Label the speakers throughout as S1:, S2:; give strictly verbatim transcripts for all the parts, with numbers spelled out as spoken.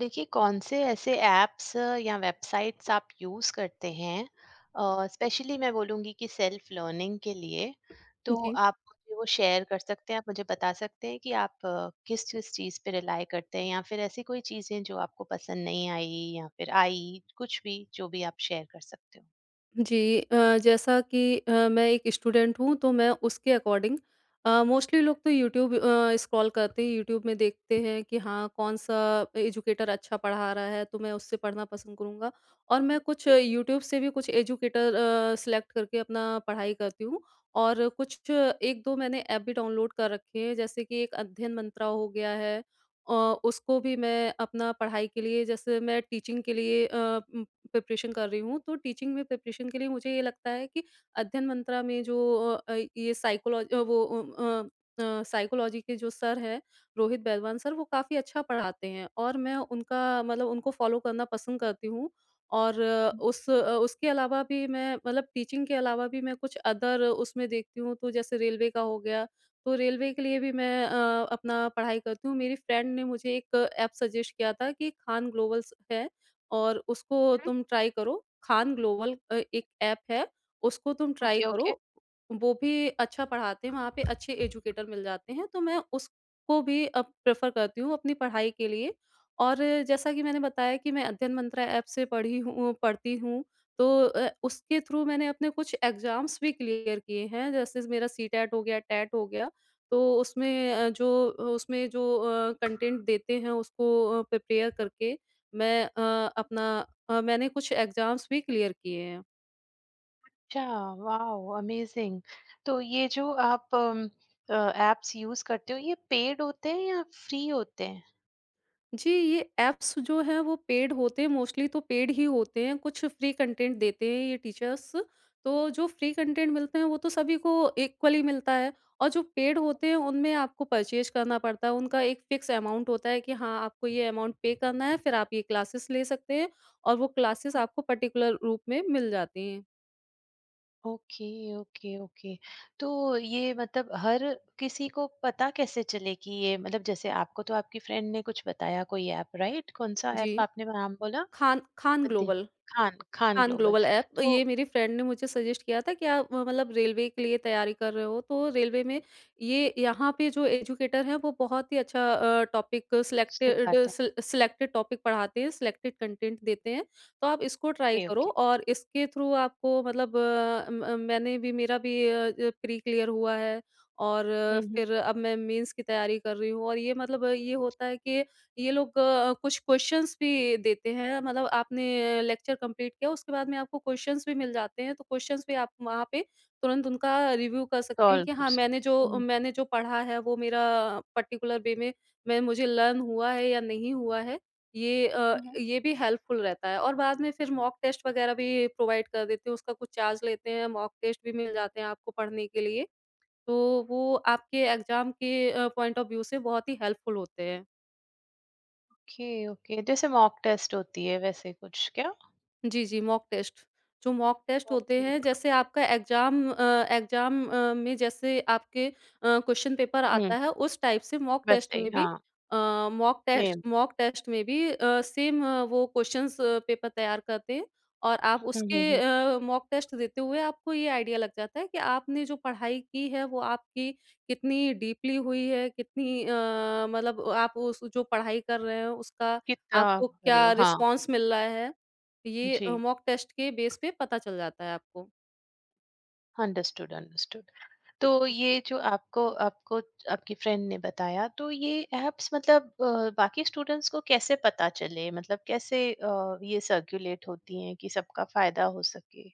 S1: देखिए कौन से ऐसे ऐप्स या वेबसाइट्स आप यूज़ करते हैं, स्पेशली मैं बोलूँगी कि सेल्फ लर्निंग के लिए। तो
S2: जी,
S1: आप मुझे वो शेयर कर सकते हैं, आप मुझे बता सकते हैं कि आप अ, किस किस चीज़ पे रिलाई करते हैं या फिर ऐसी कोई चीज़ें जो आपको पसंद नहीं आई या फिर आई, कुछ भी जो भी आप शेयर कर सकते हो।
S2: जी। अ, जैसा कि अ, मैं एक स्टूडेंट हूँ तो मैं उसके अकॉर्डिंग अ, मोस्टली लोग तो यूट्यूब अ, स्क्रॉल करते हैं, यूट्यूब में देखते हैं कि हाँ, कौन-सा एजुकेटर अच्छा पढ़ा रहा है तो मैं उससे पढ़ना पसंद करूँगा। और मैं कुछ
S1: जी।
S2: यूट्यूब से भी कुछ एजुकेटर अ, सेलेक्ट करके अपना पढ़ाई करती हूँ और कुछ एक दो मैंने ऐप भी डाउनलोड कर रखे हैं जैसे कि एक अध्ययन मंत्रा हो गया है। अ, उसको भी मैं अपना पढ़ाई के लिए जैसे मैं टीचिंग के लिए अ, उम प्रिपरेशन कर रही हूँ, तो टीचिंग में प्रिपरेशन के लिए मुझे ये लगता है कि अध्ययन मंत्रा में जो अ, अ, ये साइकोलॉजी अ, वो अ अ, साइकोलॉजी के जो सर हैं, रोहित बैदवान सर, वो काफ़ी अच्छा पढ़ाते हैं और मैं उनका मतलब उनको फ़ॉलो करना पसंद करती हूँ और अ, उस अ, उसके अलावा भी मैं मतलब टीचिंग के अलावा भी मैं कुछ अदर उसमें देखती हूँ, तो जैसे रेलवे का हो गया, तो रेलवे के लिए भी मैं अ, अपना पढ़ाई करती हूँ। मेरी फ्रेंड ने मुझे एक ऐप सजेस्ट किया था कि खान ग्लोबल्स है। और उसको तुम ट्राई करो, खान ग्लोबल अ, एक ऐप है, उसको तुम ट्राई
S1: ओके, ओके।
S2: करो। वो भी अच्छा पढ़ाते हैं, वहाँ पे अच्छे एजुकेटर मिल जाते हैं, तो मैं उसको भी अब प्रेफ़र करती हूँ अपनी पढ़ाई के लिए। और जैसा कि मैंने बताया कि मैं अध्ययन मंत्रा ऐप से पढ़ी हूँ पढ़ती हूँ, तो अ, उसके थ्रू मैंने अपने कुछ एग्ज़ाम्स भी क्लियर किए हैं, जैसे मेरा सीटेट हो गया, टेट हो गया, तो उसमें अ, जो उसमें जो अ, कंटेंट देते हैं उसको अ, प्रिपेयर करके मैं अ, अपना अ, मैंने कुछ एग्ज़ाम्स भी क्लियर किए हैं।
S1: अच्छा। Wow, amazing. तो ये जो आप एप्स यूज़ करते हो, ये पेड होते हैं या फ्री होते हैं?
S2: जी, ये ऐप्स जो हैं वो पेड होते हैं मोस्टली तो पेड ही होते हैं, कुछ फ्री कंटेंट देते हैं ये टीचर्स। तो जो फ्री कंटेंट मिलते हैं वो तो सभी को इक्वली मिलता है और जो पेड होते हैं उनमें आपको परचेज़ करना पड़ता है। उनका एक फ़िक्स अमाउंट होता है कि हाँ, आपको ये अमाउंट पे करना है फिर आप ये क्लासेस ले सकते हैं और वो क्लासेस आपको पर्टिकुलर रूप में मिल जाती हैं।
S1: Okay, okay, okay. तो ये मतलब हर किसी को पता कैसे चले कि ये, मतलब जैसे आपको तो आपकी फ्रेंड ने कुछ बताया, कोई ऐप, राइट? कौन सा
S2: जी,
S1: ऐप आपने नाम बोला?
S2: खान खान
S1: अदे-
S2: global.
S1: Khan Khan
S2: Khan
S1: global.
S2: Global app
S1: तो
S2: ये मेरी फ्रेंड ने मुझे सजेस्ट किया था कि आप अ, मतलब रेलवे के लिए तैयारी कर रहे हो तो रेलवे में ये यहाँ पे जो एजुकेटर हैं वो बहुत ही अच्छा टॉपिक सिलेक्टेड
S1: सिखाता है।
S2: सिलेक्टेड टॉपिक पढ़ाते हैं सिलेक्टेड कंटेंट देते हैं तो आप इसको ट्राई
S1: ओके,
S2: करो
S1: ओके।
S2: और इसके थ्रू आपको मतलब अ, म- अ, मैंने भी मेरा भी प्री क्लियर हुआ है और अ,
S1: हम्म।
S2: फिर अब मैं मेंस की तैयारी कर रही हूँ और ये मतलब अ, ये होता है कि ये लोग अ, कुछ क्वेश्चंस भी देते हैं मतलब आपने लेक्चर कंप्लीट किया उसके बाद में आपको क्वेश्चंस भी मिल जाते हैं, तो क्वेश्चंस भी आप वहाँ पे तुरंत उनका रिव्यू कर सकते हैं
S1: कॉल
S2: कि
S1: कर
S2: हाँ, मैंने
S1: सकते।
S2: जो
S1: हम्म।
S2: मैंने जो पढ़ा है वो मेरा पर्टिकुलर वे में मैं मुझे लर्न हुआ है या नहीं हुआ है। ये अ,
S1: हम्म।
S2: ये भी हेल्पफुल रहता है और बाद में फिर मॉक टेस्ट वगैरह भी प्रोवाइड कर देते हैं, उसका कुछ चार्ज लेते हैं, मॉक टेस्ट भी मिल जाते हैं आपको पढ़ने के लिए। तो वो आपके एग्ज़ाम के अ, पॉइंट ऑफ व्यू से बहुत ही हेल्पफुल होते हैं।
S1: Okay, okay. जैसे मॉक टेस्ट होती है, वैसे कुछ क्या?
S2: जी, जी, मॉक टेस्ट। जो मॉक टेस्ट होते
S1: ओके।
S2: हैं जैसे आपका एग्ज़ाम अ, एग्ज़ाम अ, में जैसे आपके अ, क्वेश्चन पेपर
S1: हम्म।
S2: आता है उस टाइप से मॉक टेस्ट
S1: वैसे ही,
S2: में भी
S1: हाँ।
S2: अ, mock test
S1: same.
S2: Mock test में भी अ, सेम वो क्वेश्चंस पेपर तैयार करते हैं और आप
S1: हम्म,
S2: उसके
S1: हम्म, हम्म।
S2: अ, मॉक टेस्ट देते हुए आपको ये आइडिया लग जाता है कि आपने जो पढ़ाई की है वो आपकी कितनी डीपली हुई है, कितनी अ, मतलब आप उस जो पढ़ाई कर रहे हैं उसका
S1: कितना
S2: आपको
S1: आप करे
S2: क्या
S1: हो, हाँ।
S2: रिस्पॉन्स मिल रहा है। ये अ,
S1: जी।
S2: मॉक टेस्ट के बेस पे पता चल जाता है आपको।
S1: Understood, understood. तो ये जो आपको, आपको आपकी फ्रेंड ने बताया, तो ये एप्स मतलब अ, बाकी स्टूडेंट्स को कैसे पता चले, मतलब कैसे अ, ये सर्कुलेट होती हैं कि सबका फायदा हो सके?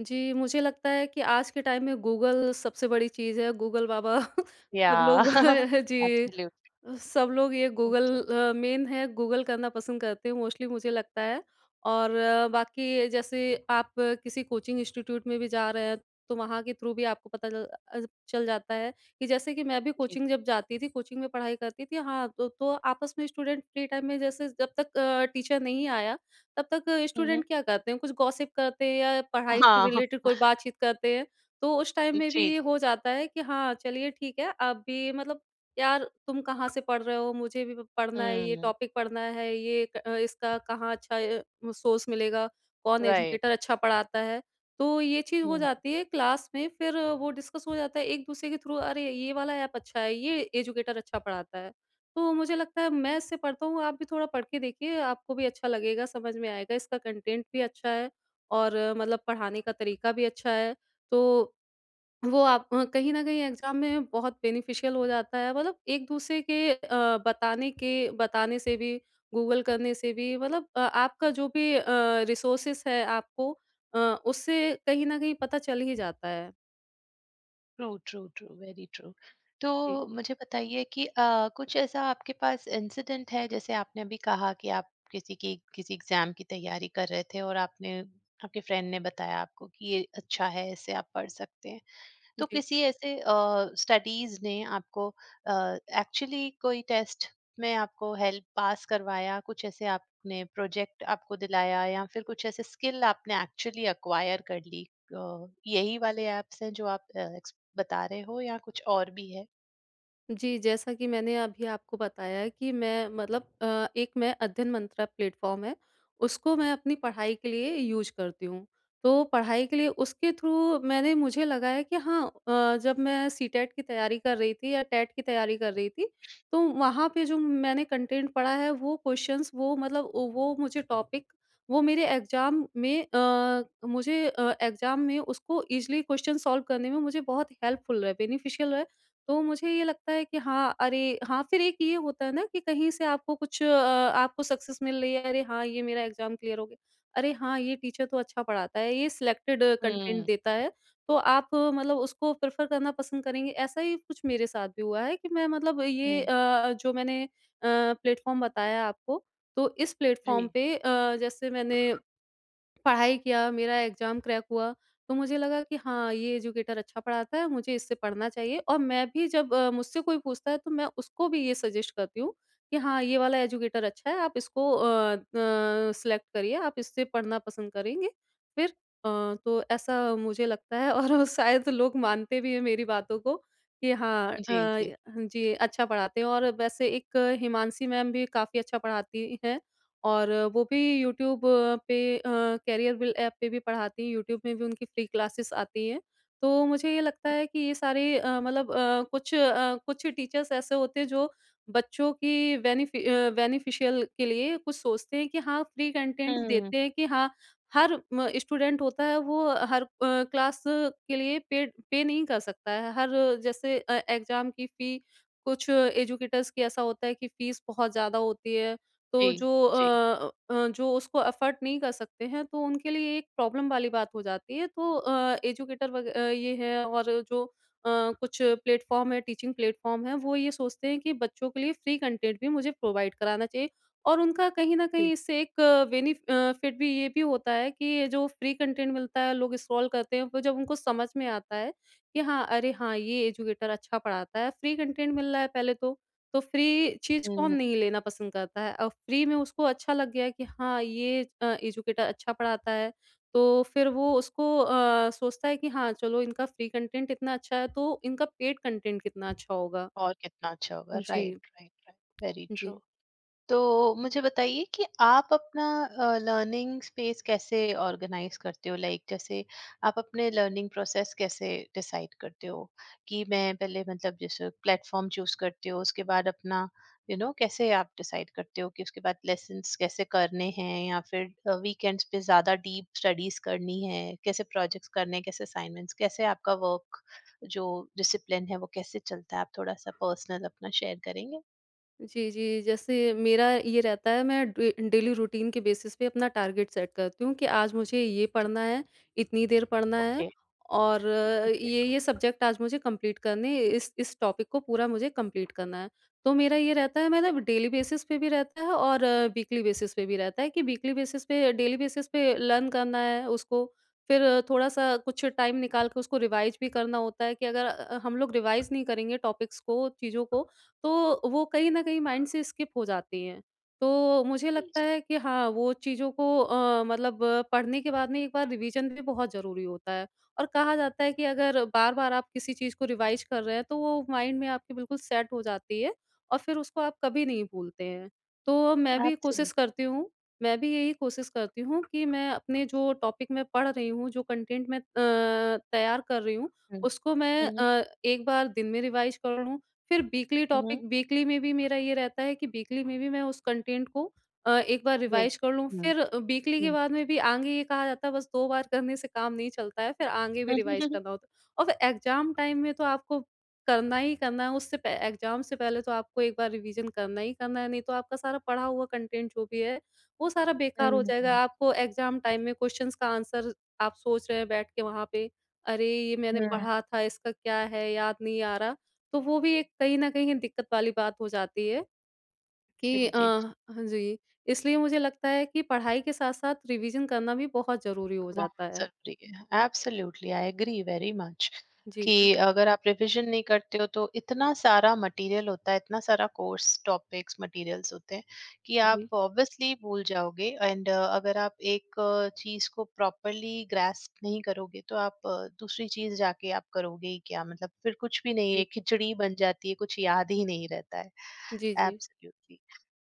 S2: जी, मुझे लगता है कि आज के टाइम में गूगल सबसे बड़ी चीज़ है, गूगल बाबा
S1: या।
S2: सब लोग जी।
S1: एब्सोल्युटली।
S2: अ, सब लोग ये गूगल अ, मेन है गूगल करना पसंद करते हैं मोस्टली मुझे लगता है और अ, बाकी जैसे आप किसी कोचिंग इंस्टीट्यूट में भी जा रहे हैं तो वहाँ के थ्रू भी आपको पता चल अ, चल जाता है कि जैसे कि मैं भी
S1: जी।
S2: कोचिंग जब जाती थी कोचिंग में पढ़ाई करती थी हाँ तो, तो आपस में स्टूडेंट फ्री टाइम में जैसे जब तक टीचर नहीं आया तब तक
S1: हम्म।
S2: स्टूडेंट क्या करते हैं कुछ गॉसिप करते हैं या पढ़ाई से
S1: हाँ।
S2: रिलेटेड कोई बातचीत करते हैं तो उस टाइम
S1: जी,
S2: में भी ये
S1: जी।
S2: हो जाता है कि हाँ चलिए ठीक है अब भी मतलब यार तुम कहाँ से पढ़ रहे हो मुझे भी प- पढ़ना है ये
S1: हम्म।
S2: टॉपिक पढ़ना है ये क- अ, इसका कहाँ अच्छा अ, म- सोर्स मिलेगा कौन एजुकेटर
S1: राइट।
S2: अच्छा पढ़ाता है तो ये चीज हो जाती है क्लास में फिर अ, वो डिस्कस हो जाता है एक दूसरे के थ्रू अरे ये वाला ऐप अच्छा है ये एजुकेटर अच्छा पढ़ाता है तो मुझे लगता है मैं इससे पढ़ता हूँ आप भी थोड़ा पढ़ के देखिए आपको भी अच्छा लगेगा समझ में आएगा इसका कंटेंट भी अच्छा है और अ, मतलब पढ़ाने का तरीका भी अच्छा है तो वो आप अ, कहीं न कहीं एग्ज़ाम में बहुत बेनिफिशियल हो जाता है मतलब एक-दूसरे के अ, बताने के बताने से भी, गूगल करने से भी मतलब अ, आपका जो भी अ, रिसोर्सेज़ है आपको अ, उससे कहीं न कहीं पता चल ही जाता है।
S1: True, true, true, very true. तो
S2: जी,
S1: मुझे बताइए कि अ, कुछ ऐसा आपके पास इंसिडेंट है, जैसे आपने अभी कहा कि आप किसी की, किसी एग्ज़ाम की तैयारी कर रहे थे और आपने, आपके फ्रेंड ने बताया आपको कि ये अच्छा है, इससे आप पढ़ सकते हैं। तो
S2: जी।
S1: किसी ऐसे स्टडीज ने आपको एक्चुअली कोई टेस्ट में आपको हेल्प पास करवाया, कुछ ऐसे आपने प्रोजेक्ट आपको दिलाया या फिर कुछ ऐसे स्किल आपने एक्चुअली अक्वायर कर ली? अ, यही वाले एप्स हैं जो आप अ, ex- बता रहे हो या कुछ और भी है?
S2: जी, जैसा कि मैंने अभी आपको बताया कि मैं मतलब अ, एक मैं अध्ययन मंत्रा प्लेटफ़ॉर्म है, उसको मैं अपनी पढ़ाई के लिए यूज़ करती हूँ। तो पढ़ाई के लिए उसके थ्रू मैंने मुझे लगा है कि हाँ अ, जब मैं सीटेट की तैयारी कर रही थी या टेट की तैयारी कर रही थी, तो वहाँ पे जो मैंने कंटेंट पढ़ा है वो क्वेश्चंस वो मतलब वो वो मुझे टॉपिक वो मेरे एग्ज़ाम में अ, मुझे अ, एग्ज़ाम में उसको ईज़िली क्वेश्चन सॉल्व करने में मुझे बहुत हेल्पफुल रहे, बेनिफिशियल रहे तो मुझे ये लगता है कि हाँ, अरे हाँ, फिर एक ये होता है ना कि कहीं से आपको कुछ अ, आपको सक्सेस मिल रही है, अरे हाँ, ये मेरा एग्ज़ाम क्लियर हो गया। अरे हाँ, ये टीचर तो अच्छा पढ़ाता है, ये सिलेक्टेड कंटेंट
S1: हम्म।
S2: देता है, तो आप अ, मतलब उसको प्रेफ़र करना पसंद करेंगे। ऐसा ही कुछ मेरे साथ भी हुआ है कि मैं मतलब ये
S1: हम्म,
S2: अ, जो मैंने अ, प्लेटफ़ॉर्म बताया आपको, तो इस प्लेटफ़ॉर्म
S1: जी।
S2: पे अ, जैसे मैंने पढ़ाई किया, मेरा एग्ज़ाम क्रैक हुआ, तो मुझे लगा कि हाँ, ये एजुकेटर अच्छा पढ़ाता है, मुझे इससे पढ़ना चाहिए और मैं भी जब अ, मुझसे कोई पूछता है, तो मैं उसको भी ये सजेस्ट करती हूँ कि हाँ, ये वाला एजुकेटर अच्छा है, आप इसको अ अ, सेलेक्ट करिए, आप इससे पढ़ना पसंद करेंगे फिर। अ, तो ऐसा मुझे लगता है और शायद लोग मानते भी हैं मेरी बातों को कि हाँ
S1: जी,
S2: अ,
S1: जी।
S2: जी, अच्छा पढ़ाते हैं और वैसे एक हिमांशी मैम भी काफ़ी अच्छा पढ़ाती हैं। और वो भी यूट्यूब पे अ, करियर बिल ऐप पे भी पढ़ाती हैं, यूट्यूब में भी उनकी फ्री क्लासेस आती हैं। तो मुझे ये लगता है कि ये सारे अ, मतलब अ, कुछ अ, कुछ टीचर्स ऐसे होते हैं जो बच्चों की बेनिफि अ, बेनिफिशियल के लिए कुछ सोचते हैं कि हाँ, फ्री कंटेंट
S1: हम्म।
S2: देते हैं कि हाँ, हर म स्टूडेंट होता है वो हर अ, क्लास के लिए पेड पे नहीं कर सकता है। हर जैसे अ, एग्ज़ाम की फी कुछ एजुकेटर्स की ऐसा होता है कि फीस बहुत ज़्यादा होती है।
S1: जी,
S2: तो जो
S1: जी,
S2: अ अ, जो उसको अफ़ोर्ड नहीं कर सकते हैं, तो उनके लिए एक प्रॉब्लम वाली बात हो जाती है। तो अ, एजुकेटर वग अ, ये है और जो अ, कुछ प्लेटफ़ॉर्म है, टीचिंग प्लेटफ़ॉर्म है, वो ये सोचते हैं कि बच्चों के लिए फ्री कंटेंट भी मुझे प्रोवाइड कराना चाहिए और उनका कहीं न
S1: जी।
S2: कहीं इससे एक बेनिफ अ, फिट भी ये भी होता है कि ये जो फ्री कंटेंट मिलता है, लोग स्क्रॉल करते हैं, तो जब उनको समझ में आता है कि हाँ, अरे! हाँ, ये एजुकेटर अच्छा पढ़ाता है, फ्री कंटेंट मिल रहा है पहले तो। तो फ्री चीज़ कौन
S1: हम्म।
S2: नहीं लेना पसंद करता है? और फ्री में उसको अच्छा लग गया कि हाँ, ये अ, एजुकेटर अच्छा पढ़ाता है, तो फिर वो उसको अ, सोचता है कि हाँ, चलो इनका फ्री कंटेंट इतना अच्छा है, तो इनका पेड कंटेंट कितना अच्छा होगा।
S1: और कितना अच्छा होगा,
S2: जी,
S1: राइट, राइट, राइट। वेरी
S2: जी।
S1: ट्रू। तो मुझे बताइए कि आप अपना लर्निंग स्पेस कैसे ऑर्गेनाइज करते हो, लाइक जैसे आप अपने लर्निंग प्रोसेस कैसे डिसाइड करते हो कि मैं पहले, मतलब जैसे प्लेटफॉर्म चूज करते हो, उसके बाद अपना यू you नो know, कैसे आप डिसाइड करते हो कि उसके बाद लेसन्स कैसे करने हैं या फिर वीकेंड्स पे ज़्यादा डीप स्टडीज करनी है, कैसे प्रोजेक्ट्स करने हैं, कैसे असाइनमेंट्स, कैसे आपका वर्क, जो डिसिप्लिन है वो कैसे चलता है, आप थोड़ा सा पर्सनल अपना शेयर करेंगे?
S2: जी, जी। जैसे मेरा ये रहता है, मैं डे डेली रूटीन के बेसिस पे अपना टारगेट सेट करती हूँ कि आज मुझे ये पढ़ना है, इतनी देर पढ़ना है
S1: ओके।
S2: और अ,
S1: ओके।
S2: ये, ये सब्जेक्ट आज मुझे कंप्लीट करने इस इस टॉपिक को पूरा मुझे कंप्लीट करना है। तो मेरा ये रहता है, मतलब डेली बेसिस पे भी रहता है और वीकली बेसिस पे भी रहता है कि वीकली बेसिस पे, डेली बेसिस पे लर्न करना है उसको, फिर थोड़ा-सा कुछ टाइम निकाल के उसको रिवाइज़ भी करना होता है कि अगर अ, हम लोग रिवाइज़ नहीं करेंगे टॉपिक्स को, चीज़ों को, तो वो कहीं न कहीं माइंड से स्किप हो जाती हैं। तो मुझे लगता है कि हाँ, वो चीज़ों को अ, मतलब अ, पढ़ने के बाद में एक बार रिवीजन भी बहुत ज़रूरी होता है। और कहा जाता है कि अगर बार-बार आप किसी चीज़ को रिवाइज़ कर रहे हैं, तो वो माइंड में आपके बिल्कुल सेट हो जाती है और फिर उसको आप कभी नहीं भूलते हैं। तो मैं भी कोशिश
S1: Absolutely.
S2: करती हूँ, मैं भी यही कोशिश करती हूँ कि मैं अपने जो टॉपिक मैं पढ़ रही हूँ, जो कंटेंट मैं अ, तैयार कर रही हूँ,
S1: Mm,
S2: उसको मैं
S1: mhm,
S2: अ, एक बार दिन में रिवाइज़ कर लूँ, फिर वीकली
S1: mhm,
S2: टॉपिक, वीकली में भी मेरा ये रहता है कि वीकली में भी मैं उस कंटेंट को अ, एक बार
S1: देख
S2: रिवाइज़ कर
S1: लो।
S2: लूँ,
S1: हुँ,
S2: फिर वीकली के
S1: हुँ।
S2: बाद में भी आगे ये कहा जाता है, बस दो बार करने से काम नहीं चलता है, फिर आगे भी रिवाइज़
S1: हुँ,
S2: करना होता है। और फिर एग्ज़ाम टाइम में तो आपको करना ही करना है, उससे प एग्ज़ाम से पहले तो आपको एक बार रिवीज़न करना ही करना है, नहीं तो आपका सारा पढ़ा हुआ कंटेंट जो भी है, वो सारा बेकार हो
S1: हुँ।
S2: जाएगा। आपको एग्ज़ाम टाइम में क्वेश्चन्स का आंसर आप सोच रहे हैं बैठ के वहाँ पे, अरे! ये मैंने पढ़ा था, इसका क्या है, याद नहीं आ रहा। तो वो भी एक कहीं न कहीं दिक्कत वाली बात हो जाती है
S1: जी,
S2: कि
S1: जी,
S2: अ,
S1: जी।
S2: हाँ जी, इसलिए मुझे लगता है कि पढ़ाई के साथ-साथ रिवीज़न करना भी बहुत ज़रूरी हो जाता
S1: बहुत
S2: है।
S1: ज़रूरी है। Absolutely, I agree very much
S2: जी,
S1: कि
S2: जी।
S1: अगर आप रिविज़न नहीं करते हो तो इतना सारा मटीरियल होता है, इतना सारा कोर्स टॉपिक्स मटीरियल्स होते हैं कि आप
S2: जी।
S1: ऑब्वियसली भूल जाओगे, एंड अगर आप एक चीज़ को प्रॉपर्ली ग्रास्प नहीं करोगे तो आप अ, दूसरी चीज़ जाके आप करोगे ही क्या? मतलब फिर कुछ भी नहीं
S2: जी।
S1: है, खिचड़ी बन जाती है, कुछ याद ही नहीं रहता है।
S2: जी, जी।
S1: एब्सोल्युटली।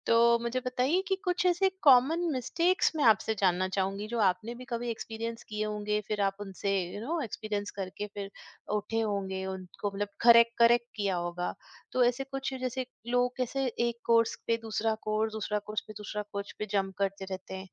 S1: तो मुझे बताइए कि कुछ ऐसे कॉमन मिस्टेक्स मैं आपसे जानना चाहूँगी जो आपने भी कभी एक्सपीरियंस किए होंगे, फिर आप उनसे यू नो एक्सपीरियंस करके फिर उठे होंगे, उनको मतलब करेक्ट करेक्ट किया होगा। तो ऐसे कुछ, जैसे लोग कैसे एक कोर्स पे दूसरा कोर्स, दूसरा कोर्स पे दूसरा कोर्स पे जंप करते रहते हैं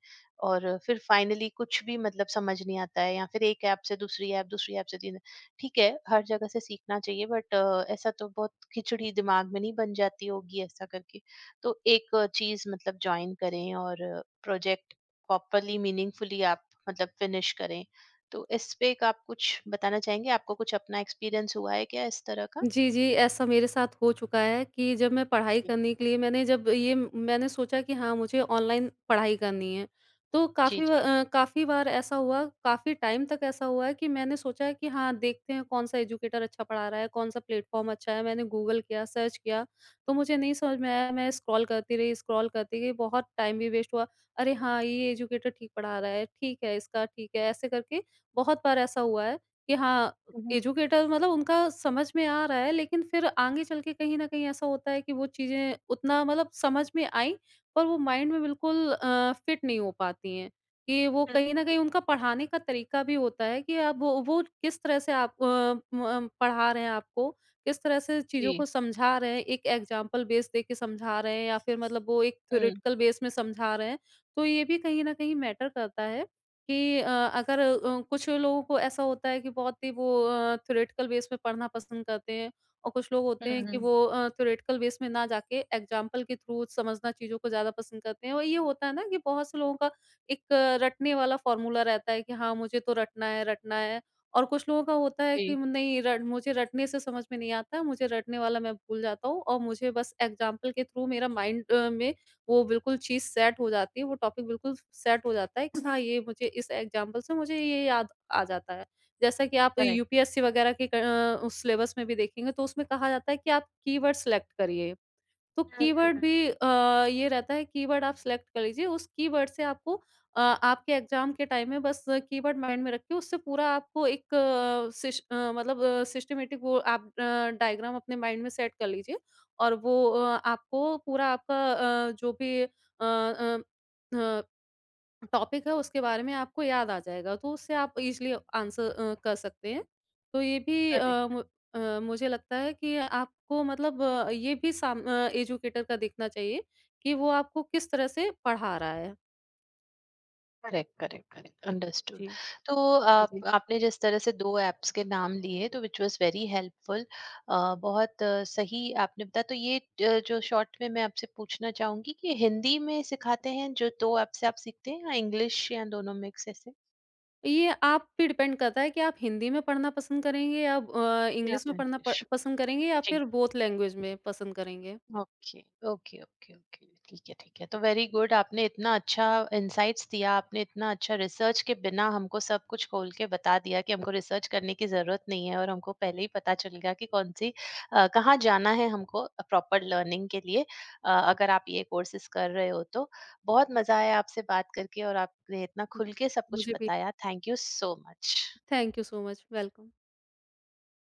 S1: और फिर फाइनली कुछ भी मतलब समझ नहीं आता है, या फिर एक ऐप से दूसरी ऐप, दूसरी ऐप से तीन। ठीक है, हर जगह से सीखना चाहिए, बट ऐसा तो बहुत खिचड़ी दिमाग में नहीं बन जाती होगी ऐसा करके? तो एक चीज़ मतलब जॉइन करें और प्रोजेक्ट प्रॉपरली, मीनिंगफुली आप मतलब फिनिश करें। तो इस पे एक आप कुछ बताना चाहेंगे? आपको कुछ अपना एक्सपीरियंस हुआ है क्या इस तरह का?
S2: जी, जी, ऐसा मेरे साथ हो चुका है कि जब मैं पढ़ाई
S1: जी,
S2: करने के लिए, मैंने जब ये मैंने सोचा कि हाँ, मुझे ऑनलाइन पढ़ाई करनी है, तो
S1: जी,
S2: काफ़ी ब
S1: जी।
S2: अ, काफ़ी बार ऐसा हुआ, काफ़ी टाइम तक ऐसा हुआ है कि मैंने सोचा कि हाँ, देखते हैं कौन-सा एजुकेटर अच्छा पढ़ा रहा है, कौन-सा प्लेटफ़ॉर्म अच्छा है। मैंने गूगल किया, सर्च किया, तो मुझे नहीं समझ में आया, मैं स्क्रॉल करती रही, स्क्रॉल करती गई, बहुत टाइम भी वेस्ट हुआ। अरे! हाँ, ये एजुकेटर ठीक पढ़ा रहा है, ठीक है, इसका ठीक है, ऐसे करके बहुत बार ऐसा हुआ है कि हाँ,
S1: हुँ, हुँ।
S2: एजुकेटर मतलब उनका समझ में आ रहा है, लेकिन फिर आगे चल के कहीं न कहीं ऐसा होता है कि वो चीज़ें उतना मतलब समझ में आई, पर वो माइंड में बिल्कुल अ, फिट नहीं हो पाती हैं। कि वो
S1: हुँ,
S2: कहीं न कहीं उनका पढ़ाने का तरीका भी होता है कि आप वो वो किस तरह से आप अ, म अ, पढ़ा रहे हैं आपको, किस तरह से चीज़ों
S1: जी।
S2: को समझा रहे हैं, एक एग्ज़ाम्पल बेस दे के समझा रहे हैं या फिर मतलब वो एक
S1: हुँ,
S2: थ्योरेटिकल बेस में समझा रहे हैं। तो ये भी कहीं न कहीं मैटर करता है। कि अ, अगर अ, कुछ लोगों को ऐसा होता है कि बहुत ही वो अ, थ्योरेटिकल बेस में पढ़ना पसंद करते हैं और कुछ लोग होते
S1: हुँ,
S2: हैं कि
S1: हुँ।
S2: वो अ, थ्योरेटिकल बेस में ना जाके एग्जाम्पल के थ्रू समझना, चीज़ों को ज़्यादा पसंद करते हैं। और ये होता है ना कि बहुत से लोगों का एक अ, रटने वाला फॉर्मूला रहता है कि हाँ, मुझे तो रटना है, रटना है। और कुछ लोगों का होता है कि
S1: जी,
S2: नहीं, रट मुझे रटने से समझ में नहीं आता है, मुझे रटने वाला मैं भूल जाता हूँ और मुझे बस एग्जाम्पल के थ्रू मेरा माइंड अ, में वो बिल्कुल चीज़ सेट हो जाती है, वो टॉपिक बिल्कुल सेट हो जाता है कि हाँ, ये मुझे इस एग्ज़ाम्पल से मुझे ये याद आ जाता है। जैसा कि आप
S1: करेक्ट।
S2: यूपीएससी वगैरह के क अ, उस सिलेबस में भी देखेंगे तो उसमें कहा जाता है कि आप कीवर्ड सिलेक्ट करिए। तो
S1: हुँ, हुँ,
S2: कीवर्ड
S1: हुँ,
S2: भी अ, ये रहता है, कीवर्ड आप सिलेक्ट कर लीजिए। उस कीवर्ड से आपको अ, आपके एग्ज़ाम के टाइम में बस कीवर्ड माइंड में रखिए, उससे पूरा आपको एक अ, सिश अ, मतलब अ, सिस्टमैटिक वो आप अ, डायग्राम अपने माइंड में सेट कर लीजिए और वो अ, आपको पूरा, आपका अ, जो भी अ अ अ, टॉपिक है उसके बारे में आपको याद आ जाएगा, तो उससे आप इज़िली आंसर अ, कर सकते हैं। तो ये भी अ,
S1: करेक्ट।
S2: मु अ, मुझे लगता है कि आपको मतलब अ, ये भी साम अ, एजुकेटर का देखना चाहिए कि वो आपको किस तरह से पढ़ा रहा है।
S1: Correct, correct, correct, understood.
S2: जी।
S1: तो
S2: जी, जी।
S1: आप, आपने जिस तरह से दो ऐप्स के नाम लिए, तो विच वाज वेरी हेल्पफुल। बहुत अ, सही आपने बताया। तो ये अ, जो शॉर्ट में मैं आपसे पूछना चाहूंगी कि हिंदी में सिखाते हैं जो दो ऐप से आप सीखते हैं, या इंग्लिश, या दोनों मिक्स, ऐसे
S2: ये आप पे डिपेंड करता है कि आप हिंदी में पढ़ना पसंद करेंगे या अ,
S1: या
S2: इंग्लिश में पढ़ना प
S1: इंग्लिश?
S2: पसंद करेंगे या फिर बोथ लैंग्वेज में पसंद करेंगे।
S1: ओके। ओके, ओके, ओके, ठीक है, ठीक है। तो वेरी गुड, आपने इतना अच्छा इंसाइट्स दिया, आपने इतना अच्छा, रिसर्च के बिना हमको सब कुछ खोल के बता दिया कि हमको रिसर्च करने की ज़रूरत नहीं है और हमको पहले ही पता चल गया कि कौन सी, अ, कहाँ जाना है हमको प्रॉपर लर्निंग के लिए, अ, अगर आप ये कोर्सेज कर रहे हो तो। बहुत मज़ा आया आपसे बात करके, और आपने इतना खुल के सब कुछ
S2: मुझे भी
S1: बताया। Thank you so much.
S2: Thank you so much, welcome.